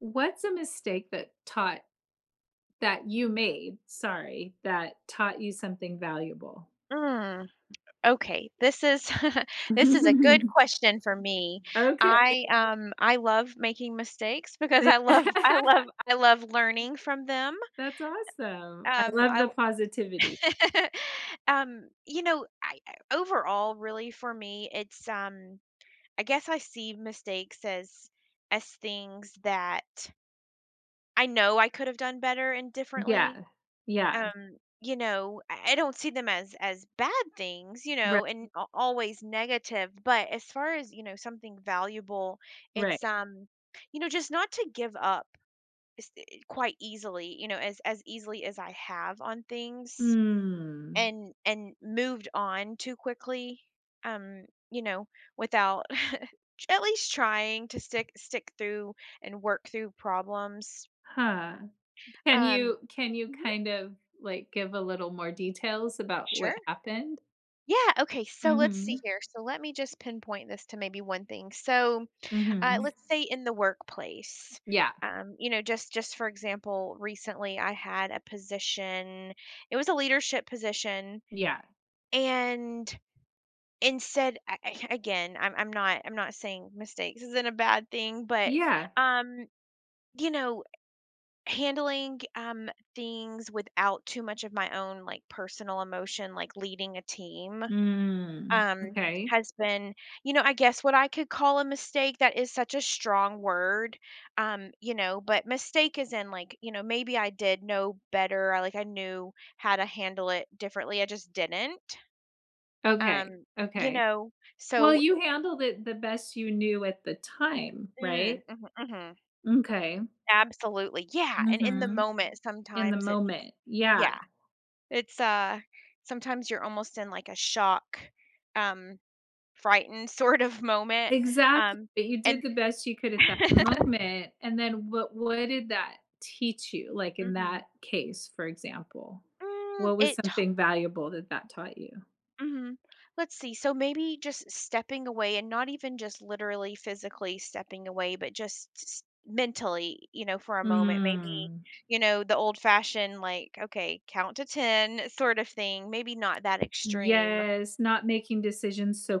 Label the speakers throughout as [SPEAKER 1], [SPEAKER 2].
[SPEAKER 1] What's a mistake that taught that you made, sorry, that taught you something valuable?
[SPEAKER 2] Mm, okay. This is this is a good question for me.
[SPEAKER 1] Okay.
[SPEAKER 2] I love making mistakes because I love I
[SPEAKER 1] That's
[SPEAKER 2] love I love learning from them.
[SPEAKER 1] awesome. I love the
[SPEAKER 2] I
[SPEAKER 1] positivity.
[SPEAKER 2] overall really for me it's I guess I see mistakes as things that I know I could have done better and differently.
[SPEAKER 1] Yeah. Yeah.
[SPEAKER 2] I don't see them as bad things,
[SPEAKER 1] Right,
[SPEAKER 2] and always negative, but as far as something valuable, it's
[SPEAKER 1] right.
[SPEAKER 2] just not to give up quite easily, as easily as I have on things,
[SPEAKER 1] Mm.
[SPEAKER 2] and moved on too quickly, um you know without at least trying to stick through and work through problems.
[SPEAKER 1] Huh. Can
[SPEAKER 2] um
[SPEAKER 1] you can you
[SPEAKER 2] mhm.
[SPEAKER 1] kind of, like, give a little more details about what
[SPEAKER 2] Sure.
[SPEAKER 1] happened?
[SPEAKER 2] Yeah, okay, so let's see
[SPEAKER 1] Mhm.
[SPEAKER 2] here. So let me just pinpoint this to maybe one thing. So,
[SPEAKER 1] Mhm.
[SPEAKER 2] let's say in the workplace,
[SPEAKER 1] Yeah.
[SPEAKER 2] you know, just for example, recently I had a position. It was a leadership position,
[SPEAKER 1] Yeah.
[SPEAKER 2] and instead, again, I'm not, I'm not saying mistakes isn't a bad thing, but
[SPEAKER 1] Yeah.
[SPEAKER 2] um, you know, handling things without too much of my own, like, personal emotion, like leading a team,
[SPEAKER 1] Mm.
[SPEAKER 2] um,
[SPEAKER 1] Okay.
[SPEAKER 2] has been, you know, I guess what I could call a mistake. That is such a strong word, you know, but mistake is in, like, you know, maybe I did know better. I knew how to handle it differently. I just didn't.
[SPEAKER 1] Okay.
[SPEAKER 2] Um, you
[SPEAKER 1] Okay.
[SPEAKER 2] know,
[SPEAKER 1] Well,
[SPEAKER 2] so
[SPEAKER 1] you handled it the best you knew at the time,
[SPEAKER 2] mm,
[SPEAKER 1] right?
[SPEAKER 2] mhm, mhm,
[SPEAKER 1] Okay.
[SPEAKER 2] absolutely, yeah. And in the
[SPEAKER 1] Mhm.
[SPEAKER 2] moment,
[SPEAKER 1] In the
[SPEAKER 2] sometimes it,
[SPEAKER 1] moment.
[SPEAKER 2] yeah,
[SPEAKER 1] Yeah.
[SPEAKER 2] it's sometimes you're almost in, like, a shock, um, frightened sort of moment,
[SPEAKER 1] Exactly,
[SPEAKER 2] um,
[SPEAKER 1] but you did
[SPEAKER 2] and.
[SPEAKER 1] the best you could at that moment, and then what did that teach you, like, in
[SPEAKER 2] Mhm.
[SPEAKER 1] that case, for example?
[SPEAKER 2] Mm,
[SPEAKER 1] What was
[SPEAKER 2] it t
[SPEAKER 1] something valuable that taught you?
[SPEAKER 2] let Let's see, so maybe just stepping away and not even just literally physically stepping away, but just s mentally, you know, for a moment, maybe,
[SPEAKER 1] Mm.
[SPEAKER 2] you know, the old-fashioned, like, "Okay, count to 10," sort of thing, maybe not that extreme.
[SPEAKER 1] Yes, not making decisions so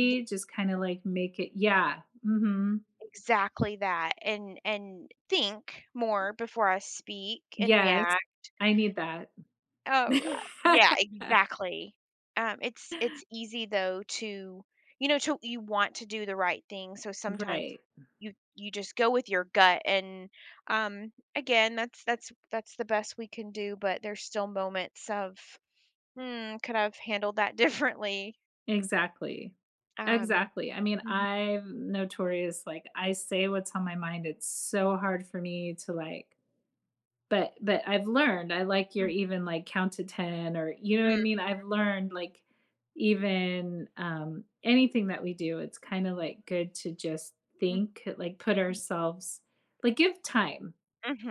[SPEAKER 2] Ye
[SPEAKER 1] just kinda, like, make it. Yeah. Mhm.
[SPEAKER 2] Exactly that, and think more before I speak and
[SPEAKER 1] Yes.
[SPEAKER 2] react.
[SPEAKER 1] I need that.
[SPEAKER 2] Oh, yeah, exactly. It's easy though to, you know, to... you want to do the right thing, so sometimes
[SPEAKER 1] Right.
[SPEAKER 2] you just go with your gut, and again, that's the best we can do, but there's still moments of, "Hmm, could I have handled that differently?"
[SPEAKER 1] Exactly.
[SPEAKER 2] Um,
[SPEAKER 1] Exactly. I mean,
[SPEAKER 2] mhm,
[SPEAKER 1] I'm notorious, like, I say what's on my mind. It's so hard for me to, like, but I've learned, I like your
[SPEAKER 2] mm,
[SPEAKER 1] even, like, count to 10, or you know what I mean?
[SPEAKER 2] mm,
[SPEAKER 1] I've learned, like, even, anything that we do, it's kinda, like, good to just
[SPEAKER 2] mm,
[SPEAKER 1] think, like, put
[SPEAKER 2] mm,
[SPEAKER 1] ourselves, like, give time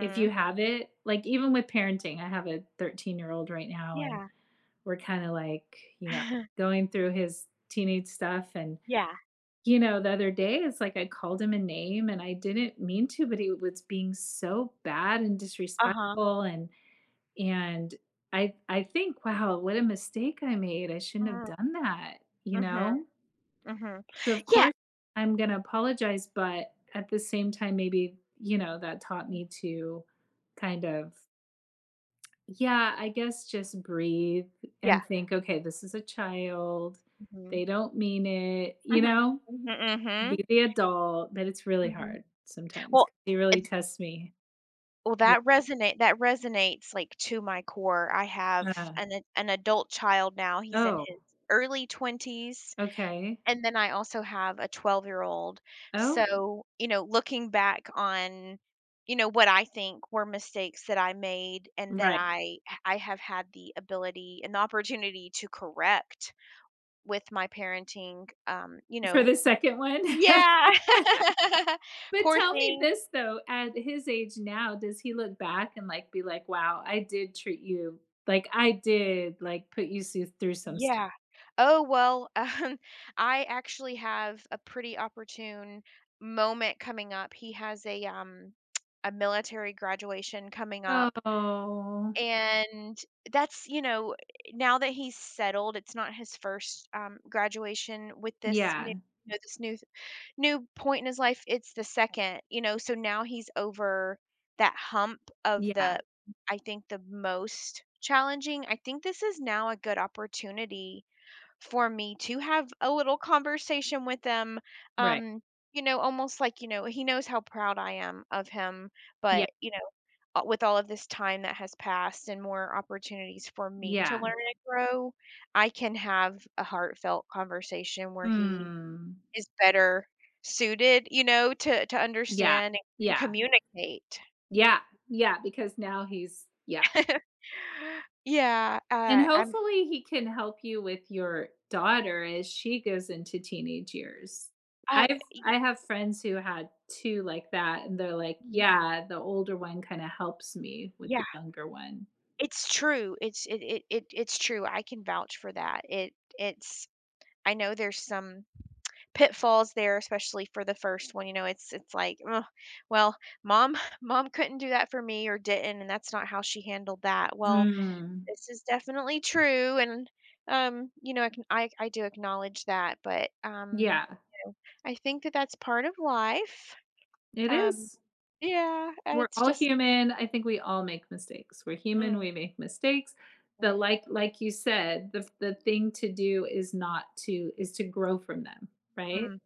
[SPEAKER 1] if you have it. Like, even with parenting, I have a 13-year-old year old right now, and
[SPEAKER 2] yeah.
[SPEAKER 1] we're kinda like, you know, going through his teenage stuff, and
[SPEAKER 2] Yeah,
[SPEAKER 1] you know, the other day, it's like I called him a name and I didn't mean to, but he was being so bad and
[SPEAKER 2] uh-huh,
[SPEAKER 1] disrespectful, and I think, "Wow, what a mistake I made. I shouldn't have
[SPEAKER 2] mhm,
[SPEAKER 1] done that," you
[SPEAKER 2] mhm,
[SPEAKER 1] know?
[SPEAKER 2] mhm.
[SPEAKER 1] So, of
[SPEAKER 2] Yeah,
[SPEAKER 1] course, I'm gonna apologize, but at the same time, maybe, you know, that taught me to kind of, yeah, I guess just breathe
[SPEAKER 2] yeah,
[SPEAKER 1] and think, "Okay, this is a child. They
[SPEAKER 2] mhm,
[SPEAKER 1] don't mean it," you
[SPEAKER 2] mhm,
[SPEAKER 1] know?
[SPEAKER 2] mhm, mhm.
[SPEAKER 1] Be the adult, but it's really
[SPEAKER 2] Mhm.
[SPEAKER 1] hard sometimes
[SPEAKER 2] Well,
[SPEAKER 1] 'cause he really
[SPEAKER 2] it's
[SPEAKER 1] tests me. Yeah.
[SPEAKER 2] that resonate that resonates, like, to my core. I have
[SPEAKER 1] Uh,
[SPEAKER 2] an adult child now. He's in
[SPEAKER 1] Oh,
[SPEAKER 2] his early 20s,
[SPEAKER 1] okay.
[SPEAKER 2] and then I also have a 12-year-old.
[SPEAKER 1] Oh,
[SPEAKER 2] So, you know, looking back on, you know, what I think were mistakes that I made and that
[SPEAKER 1] right.
[SPEAKER 2] I have had the ability and the opportunity to correct with my parenting, you
[SPEAKER 1] For
[SPEAKER 2] know...
[SPEAKER 1] the second one?
[SPEAKER 2] Yeah.
[SPEAKER 1] But
[SPEAKER 2] Poor
[SPEAKER 1] tell me
[SPEAKER 2] thing.
[SPEAKER 1] this though, at his age now, does he look back and, like, be like, "Wow, I did treat you, like, I did, like, put you s through some stuff."
[SPEAKER 2] Yeah. Oh, well, um, I actually have a pretty opportune moment coming up. He has a military graduation coming up,
[SPEAKER 1] Oh.
[SPEAKER 2] and that's, you know, now that he's settled, it's not his first graduation with this new...
[SPEAKER 1] Yeah.
[SPEAKER 2] you know, this new point in his life. It's the second, you know, so now he's over that hump of
[SPEAKER 1] Yeah.
[SPEAKER 2] the... I think the most challenging. I think this is now a good opportunity for me to have a little conversation with them.
[SPEAKER 1] Right.
[SPEAKER 2] Um, you know, almost like, you know, he knows how proud I am of him,
[SPEAKER 1] Yeah.
[SPEAKER 2] but, you know, with all of this time that has passed and more opportunities for me to
[SPEAKER 1] Yeah.
[SPEAKER 2] learn and grow, I can have a heartfelt conversation where he
[SPEAKER 1] Hmm.
[SPEAKER 2] is better suited, you know, to
[SPEAKER 1] Yeah.
[SPEAKER 2] understand and,
[SPEAKER 1] Yeah.
[SPEAKER 2] communicate.
[SPEAKER 1] Yeah. Yeah. Because now he's, yeah.
[SPEAKER 2] yeah,
[SPEAKER 1] And
[SPEAKER 2] uh, I'm
[SPEAKER 1] hopefully he can help you with your daughter as she goes into teenage years.
[SPEAKER 2] uh,
[SPEAKER 1] I've,
[SPEAKER 2] y-
[SPEAKER 1] I have friends who had two like that, and they're like, yeah, the older one kind of helps me with the
[SPEAKER 2] yeah.
[SPEAKER 1] younger one.
[SPEAKER 2] It's true, it's it's true, I can vouch for that. It it's I know there's some pitfalls there, especially for the first one, you know, it's like, "Ugh, well, mom mom couldn't do that for me or didn't, and that's not how she handled that." Well,
[SPEAKER 1] Mm.
[SPEAKER 2] this is definitely true, and, you know, I can I do acknowledge that, but,
[SPEAKER 1] Yeah.
[SPEAKER 2] you know, I think that that's part of life,
[SPEAKER 1] It
[SPEAKER 2] um
[SPEAKER 1] is.
[SPEAKER 2] yeah,
[SPEAKER 1] We're
[SPEAKER 2] it's
[SPEAKER 1] all
[SPEAKER 2] just...
[SPEAKER 1] human. I think we all make mistakes. We're human,
[SPEAKER 2] Mm,
[SPEAKER 1] we make mistakes. The
[SPEAKER 2] mm,
[SPEAKER 1] like you said, the thing to do is not to is to grow from them, right?
[SPEAKER 2] mm,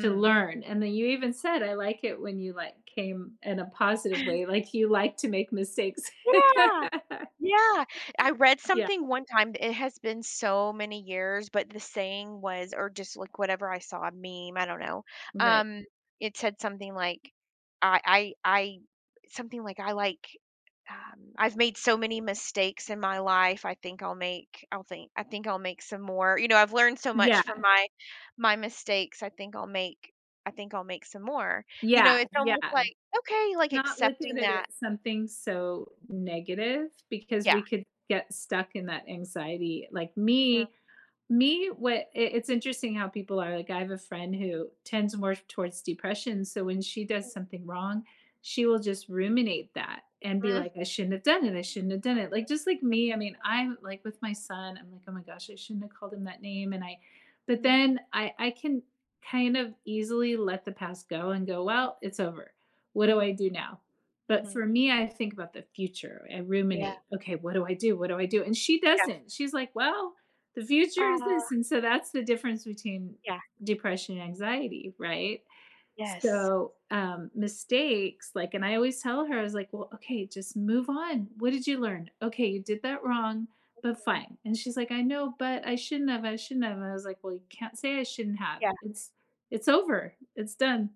[SPEAKER 1] To learn. And then you even said, I like it when you, like, came in a positive way, like you like to make mistakes.
[SPEAKER 2] Yeah. Yeah, I read
[SPEAKER 1] Yeah,
[SPEAKER 2] something one time. It has been so many years, but the saying was, or just, like, whatever, I saw a meme, I don't know,
[SPEAKER 1] right.
[SPEAKER 2] um, it said something like, I something like, "I've made so many mistakes in my life, I think I'll make... I'll think... I think I'll make some more. You know, I've learned so
[SPEAKER 1] Yeah.
[SPEAKER 2] much from my mistakes. I think I'll make... I think I'll make some more." You know,
[SPEAKER 1] Yeah,
[SPEAKER 2] it's almost
[SPEAKER 1] yeah.
[SPEAKER 2] like, okay, like,
[SPEAKER 1] Not look at
[SPEAKER 2] accepting
[SPEAKER 1] it
[SPEAKER 2] that...
[SPEAKER 1] as something so negative because
[SPEAKER 2] Yeah.
[SPEAKER 1] we could get stuck in that anxiety. Like
[SPEAKER 2] Mhm,
[SPEAKER 1] me, me, what it, it's interesting how people are like, I have a friend who tends more towards depression. So when she does something wrong, she will just ruminate that and be
[SPEAKER 2] mhm,
[SPEAKER 1] like, I shouldn't have done it. I shouldn't have done it. Like, just like me, I
[SPEAKER 2] mhm.
[SPEAKER 1] mean, I'm like with my son, I'm like, oh my gosh, I shouldn't have called him that name. And I, but
[SPEAKER 2] Mm,
[SPEAKER 1] then I can kind of easily let the past go and go,
[SPEAKER 2] mm,
[SPEAKER 1] well, it's over. What do I
[SPEAKER 2] mhm,
[SPEAKER 1] do now? But
[SPEAKER 2] mhm.
[SPEAKER 1] for me, I think about the future. I
[SPEAKER 2] Yeah,
[SPEAKER 1] ruminate, okay, what do I do? What do I do? And she
[SPEAKER 2] yeah.
[SPEAKER 1] doesn't. She's like, well, the future is this,
[SPEAKER 2] Ah,
[SPEAKER 1] and so that's the difference between
[SPEAKER 2] yeah,
[SPEAKER 1] depression and anxiety, right?
[SPEAKER 2] yes.
[SPEAKER 1] So mistakes, like, and I always tell her, I was like, well, okay, just move on. What did you learn? Okay, you did that wrong, but
[SPEAKER 2] Mhm.
[SPEAKER 1] fine. And she's like, I know, but I shouldn't have, I shouldn't have. And I was like, well, you can't say I shouldn't have,
[SPEAKER 2] Yeah,
[SPEAKER 1] it's over, it's done,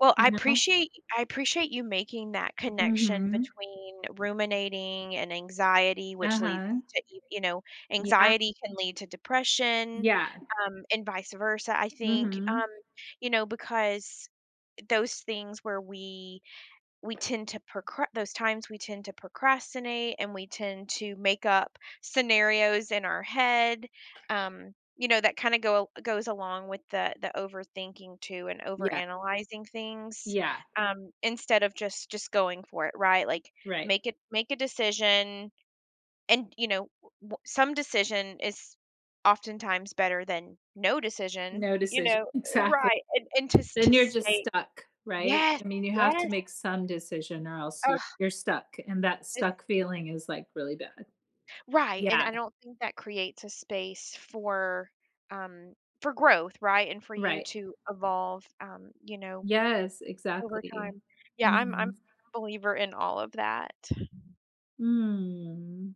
[SPEAKER 2] well, I
[SPEAKER 1] you know?
[SPEAKER 2] appreciate... I appreciate you making that connection. Mhm.
[SPEAKER 1] Mm-hmm.
[SPEAKER 2] Between ruminating and anxiety, which leads
[SPEAKER 1] Uh-huh.
[SPEAKER 2] to y you know,
[SPEAKER 1] Yeah.
[SPEAKER 2] anxiety can lead to depression,
[SPEAKER 1] Yeah.
[SPEAKER 2] and vice versa, I think,
[SPEAKER 1] Mm-hmm.
[SPEAKER 2] you know, because those things where we tend to procra those times we tend to procrastinate and we tend to make up scenarios in our head, you know, that kind of go goes along with the overthinking too and
[SPEAKER 1] Yeah.
[SPEAKER 2] overanalyzing things,
[SPEAKER 1] Yeah.
[SPEAKER 2] instead of just going for it, right? Like,
[SPEAKER 1] Right.
[SPEAKER 2] make a decision, and you know, some decision is oftentimes better than no decision,
[SPEAKER 1] No
[SPEAKER 2] you
[SPEAKER 1] decision.
[SPEAKER 2] know,
[SPEAKER 1] Exactly.
[SPEAKER 2] right. And,
[SPEAKER 1] Then
[SPEAKER 2] to
[SPEAKER 1] you're just
[SPEAKER 2] stay...
[SPEAKER 1] stuck, right?
[SPEAKER 2] Yes,
[SPEAKER 1] I mean, you have to
[SPEAKER 2] yes.
[SPEAKER 1] make some decision, or else you're
[SPEAKER 2] Ugh.
[SPEAKER 1] you're stuck, and that stuck feeling is like really bad.
[SPEAKER 2] Right, and
[SPEAKER 1] Yeah,
[SPEAKER 2] I don't think that creates a space um, for growth, right? And for you
[SPEAKER 1] right.
[SPEAKER 2] to evolve, you know,
[SPEAKER 1] Yes,
[SPEAKER 2] over
[SPEAKER 1] exactly.
[SPEAKER 2] time. Yeah, I'm
[SPEAKER 1] Mhm.
[SPEAKER 2] a believer in all of that.
[SPEAKER 1] Mm.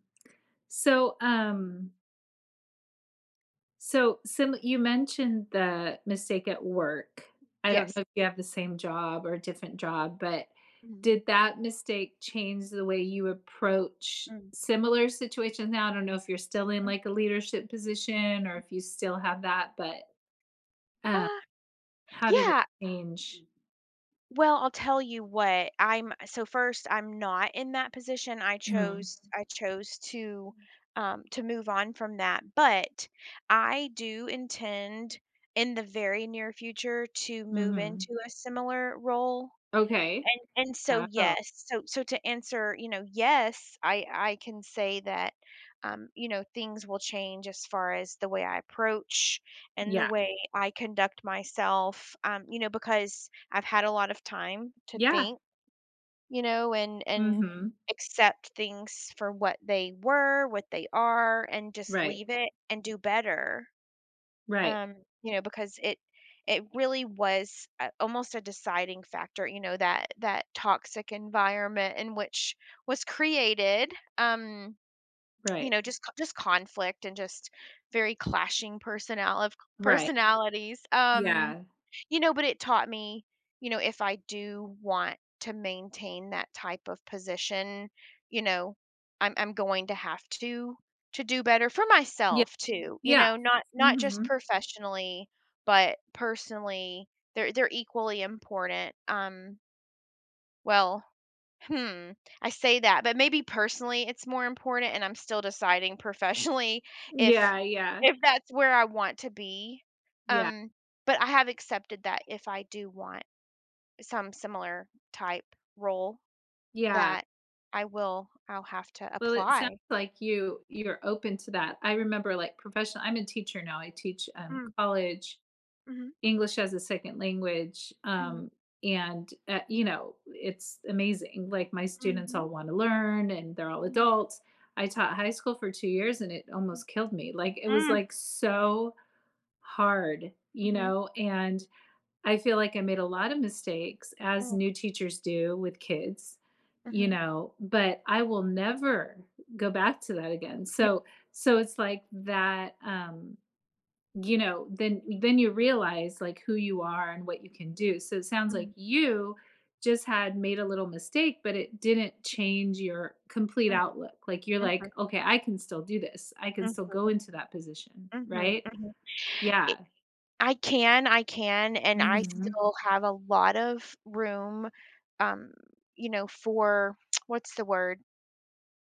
[SPEAKER 1] So, so, sim you mentioned the mistake at work. I don't know
[SPEAKER 2] Yes.
[SPEAKER 1] if you have the same job or a different job, but
[SPEAKER 2] Mhm,
[SPEAKER 1] did that mistake change the way you approach
[SPEAKER 2] mm,
[SPEAKER 1] similar situations now? I don't know if you're still in,
[SPEAKER 2] mm.
[SPEAKER 1] like, a leadership position or if you still have that, but, um,
[SPEAKER 2] Uh,
[SPEAKER 1] how did it
[SPEAKER 2] yeah.
[SPEAKER 1] change?
[SPEAKER 2] Well, I'll tell you what, I'm... so first, I'm not in that position.
[SPEAKER 1] Mm,
[SPEAKER 2] I chose to move on from that, but I do intend in the very near future to move
[SPEAKER 1] mhm.
[SPEAKER 2] into a similar role,
[SPEAKER 1] Okay.
[SPEAKER 2] and so,
[SPEAKER 1] Oh,
[SPEAKER 2] yes, so to answer, you know, yes, I can say that, you know, things will change as far as the way I approach and the
[SPEAKER 1] yeah.
[SPEAKER 2] way I conduct myself, you know, because I've had a lot of time to
[SPEAKER 1] Yeah.
[SPEAKER 2] think, you know, and
[SPEAKER 1] Mhm.
[SPEAKER 2] accept things for what they were, what they are, and just
[SPEAKER 1] Right.
[SPEAKER 2] leave it and do better,
[SPEAKER 1] Right.
[SPEAKER 2] um, you know, because it really was almost a deciding factor, you know, that that toxic environment in which was created, you
[SPEAKER 1] Right.
[SPEAKER 2] know, just just conflict and just very clashing personnel of
[SPEAKER 1] Right.
[SPEAKER 2] personalities.
[SPEAKER 1] Yeah.
[SPEAKER 2] You know, but it taught me, you know, if I do want to maintain that type of position, you know, I'm going to have to do better for
[SPEAKER 1] Yeah.
[SPEAKER 2] myself too. You
[SPEAKER 1] Yeah.
[SPEAKER 2] know, not just
[SPEAKER 1] Mhm.
[SPEAKER 2] professionally, but personally, they're equally important. Well, hmm, I say that, but maybe personally it's more important, and I'm still deciding professionally if
[SPEAKER 1] Yeah, yeah,
[SPEAKER 2] that's where I want to be.
[SPEAKER 1] yeah,
[SPEAKER 2] Um, but I have accepted that if I do want some similar type role
[SPEAKER 1] yeah.
[SPEAKER 2] that I'll have to
[SPEAKER 1] Well, it sounds
[SPEAKER 2] apply.
[SPEAKER 1] like you you're open to that. I remember like professional I'm a teacher now. I teach,
[SPEAKER 2] Mm,
[SPEAKER 1] college
[SPEAKER 2] mhm,
[SPEAKER 1] English as a second language,
[SPEAKER 2] mhm,
[SPEAKER 1] and, you know, it's amazing. Like, my students
[SPEAKER 2] mhm,
[SPEAKER 1] all wanna learn, and they're all
[SPEAKER 2] mhm,
[SPEAKER 1] adults. I taught high school for 2 years, and it almost killed me. Like, it was,
[SPEAKER 2] mm, mm,
[SPEAKER 1] like, so hard, you
[SPEAKER 2] mhm,
[SPEAKER 1] know, and I feel like I made a lot of mistakes, as
[SPEAKER 2] mm,
[SPEAKER 1] new teachers do with kids, you
[SPEAKER 2] mhm.
[SPEAKER 1] know, but I will never go back to that again.
[SPEAKER 2] Yeah,
[SPEAKER 1] So so it's like that you know, then you realize like who you are and what you can do. So it sounds like
[SPEAKER 2] mm,
[SPEAKER 1] you just had made a little mistake, but it didn't change your complete
[SPEAKER 2] mm,
[SPEAKER 1] outlook. Like you're like,
[SPEAKER 2] mhm,
[SPEAKER 1] okay, I can still do this. I can still go
[SPEAKER 2] mhm,
[SPEAKER 1] into that position,
[SPEAKER 2] mhm,
[SPEAKER 1] right?
[SPEAKER 2] mhm.
[SPEAKER 1] Yeah.
[SPEAKER 2] I can, and I
[SPEAKER 1] Mhm.
[SPEAKER 2] still have a lot of room, um, you know, for what's the word?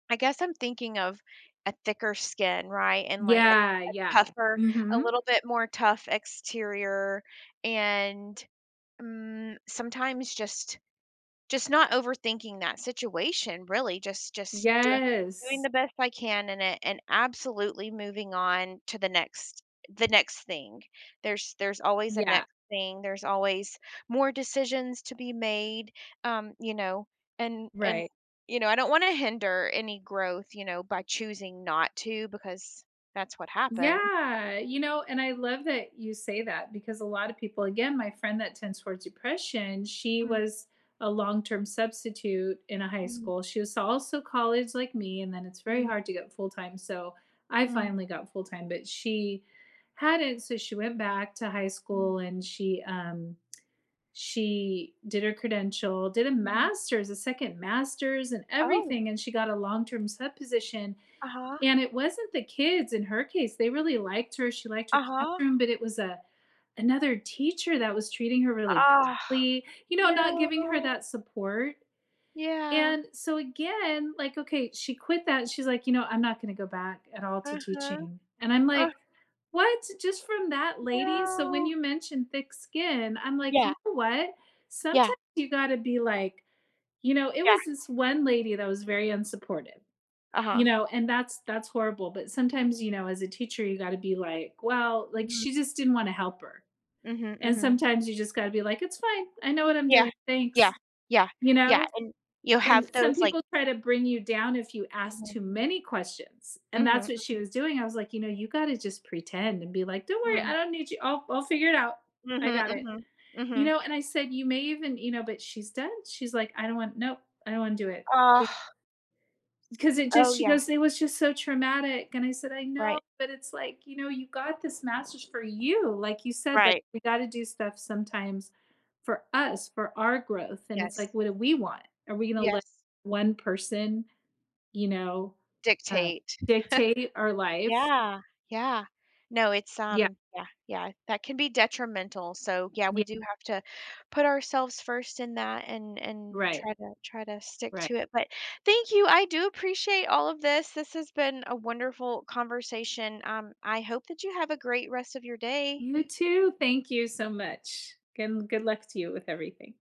[SPEAKER 2] I guess I'm thinking of a thicker skin, right? And like
[SPEAKER 1] Yeah,
[SPEAKER 2] a,
[SPEAKER 1] yeah.
[SPEAKER 2] tougher, a
[SPEAKER 1] Mhm.
[SPEAKER 2] little bit more tough exterior, and sometimes just not overthinking that situation, really, just doing
[SPEAKER 1] Yes.
[SPEAKER 2] the best I can in it, and absolutely moving on to the next... the next thing. There's always a
[SPEAKER 1] Yeah,
[SPEAKER 2] next thing. There's always more decisions to be made, you know, and
[SPEAKER 1] right.
[SPEAKER 2] you know, I don't want to hinder any growth, you know, by choosing not to, because that's what happens.
[SPEAKER 1] Yeah, you know, and I love that you say that because a lot of people again, my friend that tends towards depression, she
[SPEAKER 2] Mm,
[SPEAKER 1] was a long-term substitute in a high
[SPEAKER 2] mm,
[SPEAKER 1] school. She was also college like me, and then it's very
[SPEAKER 2] mm,
[SPEAKER 1] hard to get full-time, so I
[SPEAKER 2] mm,
[SPEAKER 1] finally got full-time, but she hadn't, so she went back to high
[SPEAKER 2] mm,
[SPEAKER 1] school, and she did her credential, did a
[SPEAKER 2] mm.
[SPEAKER 1] master's, a second master's and
[SPEAKER 2] Oh,
[SPEAKER 1] everything, and she got a long-term sub position.
[SPEAKER 2] uh-huh,
[SPEAKER 1] And it wasn't the kids in her case, they really liked her, she liked her
[SPEAKER 2] uh-huh.
[SPEAKER 1] classroom, but it was a another teacher that was treating her really
[SPEAKER 2] Ah,
[SPEAKER 1] badly, you know, not giving her
[SPEAKER 2] no.
[SPEAKER 1] that support.
[SPEAKER 2] Yeah.
[SPEAKER 1] And so again, like, okay, she quit that. She's like, "You know, I'm not gonna go back at all to
[SPEAKER 2] Uh-huh.
[SPEAKER 1] teaching." And I'm
[SPEAKER 2] Oh,
[SPEAKER 1] like, "What? Just from that lady?" So when
[SPEAKER 2] no.
[SPEAKER 1] you mentioned thick skin, I'm like,
[SPEAKER 2] Yeah,
[SPEAKER 1] "You know what?
[SPEAKER 2] yeah,
[SPEAKER 1] Sometimes you gotta be like," you know, it
[SPEAKER 2] yeah.
[SPEAKER 1] was this one lady that was very unsupportive,
[SPEAKER 2] Uh-huh.
[SPEAKER 1] you know, and that's horrible, but sometimes, you know, as a teacher you got to be like, well, like
[SPEAKER 2] Mhm.
[SPEAKER 1] she just didn't want to help her,
[SPEAKER 2] Mhm,
[SPEAKER 1] and
[SPEAKER 2] mhm.
[SPEAKER 1] sometimes you just got to be like, it's fine, I know what I'm
[SPEAKER 2] Yeah,
[SPEAKER 1] doing,
[SPEAKER 2] yeah,
[SPEAKER 1] thanks,
[SPEAKER 2] yeah,
[SPEAKER 1] you
[SPEAKER 2] yeah,
[SPEAKER 1] know.
[SPEAKER 2] and you
[SPEAKER 1] And
[SPEAKER 2] have
[SPEAKER 1] some
[SPEAKER 2] those, like...
[SPEAKER 1] people try to bring you down if you ask
[SPEAKER 2] Mhm,
[SPEAKER 1] too many questions, and that's
[SPEAKER 2] mhm,
[SPEAKER 1] what she
[SPEAKER 2] mhm,
[SPEAKER 1] was doing. I was like, you know, you got to just pretend and be like, don't worry, I
[SPEAKER 2] mhm,
[SPEAKER 1] don't need you, I'll figure it out, I
[SPEAKER 2] mhm,
[SPEAKER 1] got it,
[SPEAKER 2] mhm,
[SPEAKER 1] you
[SPEAKER 2] mhm.
[SPEAKER 1] know. And I said, you may even, you know, but she's done, she's like, I don't want, nope, I don't want to do it,
[SPEAKER 2] Oh,
[SPEAKER 1] because it just,
[SPEAKER 2] oh,
[SPEAKER 1] she
[SPEAKER 2] yeah,
[SPEAKER 1] goes, it was just so traumatic. And I said, I know,
[SPEAKER 2] right,
[SPEAKER 1] but it's like, you know, you got this masters for you, like you said, like
[SPEAKER 2] right.
[SPEAKER 1] we got to do stuff sometimes for us, for our growth, and it's like,
[SPEAKER 2] Yes,
[SPEAKER 1] what do we want? Are we going to let
[SPEAKER 2] yes.
[SPEAKER 1] one person, you know, um,
[SPEAKER 2] Dictate.
[SPEAKER 1] dictate our life?
[SPEAKER 2] Yeah, yeah. No, it's,
[SPEAKER 1] Yeah,
[SPEAKER 2] yeah, yeah, that can be detrimental, so, yeah, we
[SPEAKER 1] yeah,
[SPEAKER 2] do have to put ourselves first in that, and
[SPEAKER 1] right,
[SPEAKER 2] try to stick
[SPEAKER 1] right.
[SPEAKER 2] to it, but thank you, I do appreciate all of this. This has been a wonderful conversation. I hope that you have a great rest of your day.
[SPEAKER 1] You too, thank you so much, and good luck to you with everything.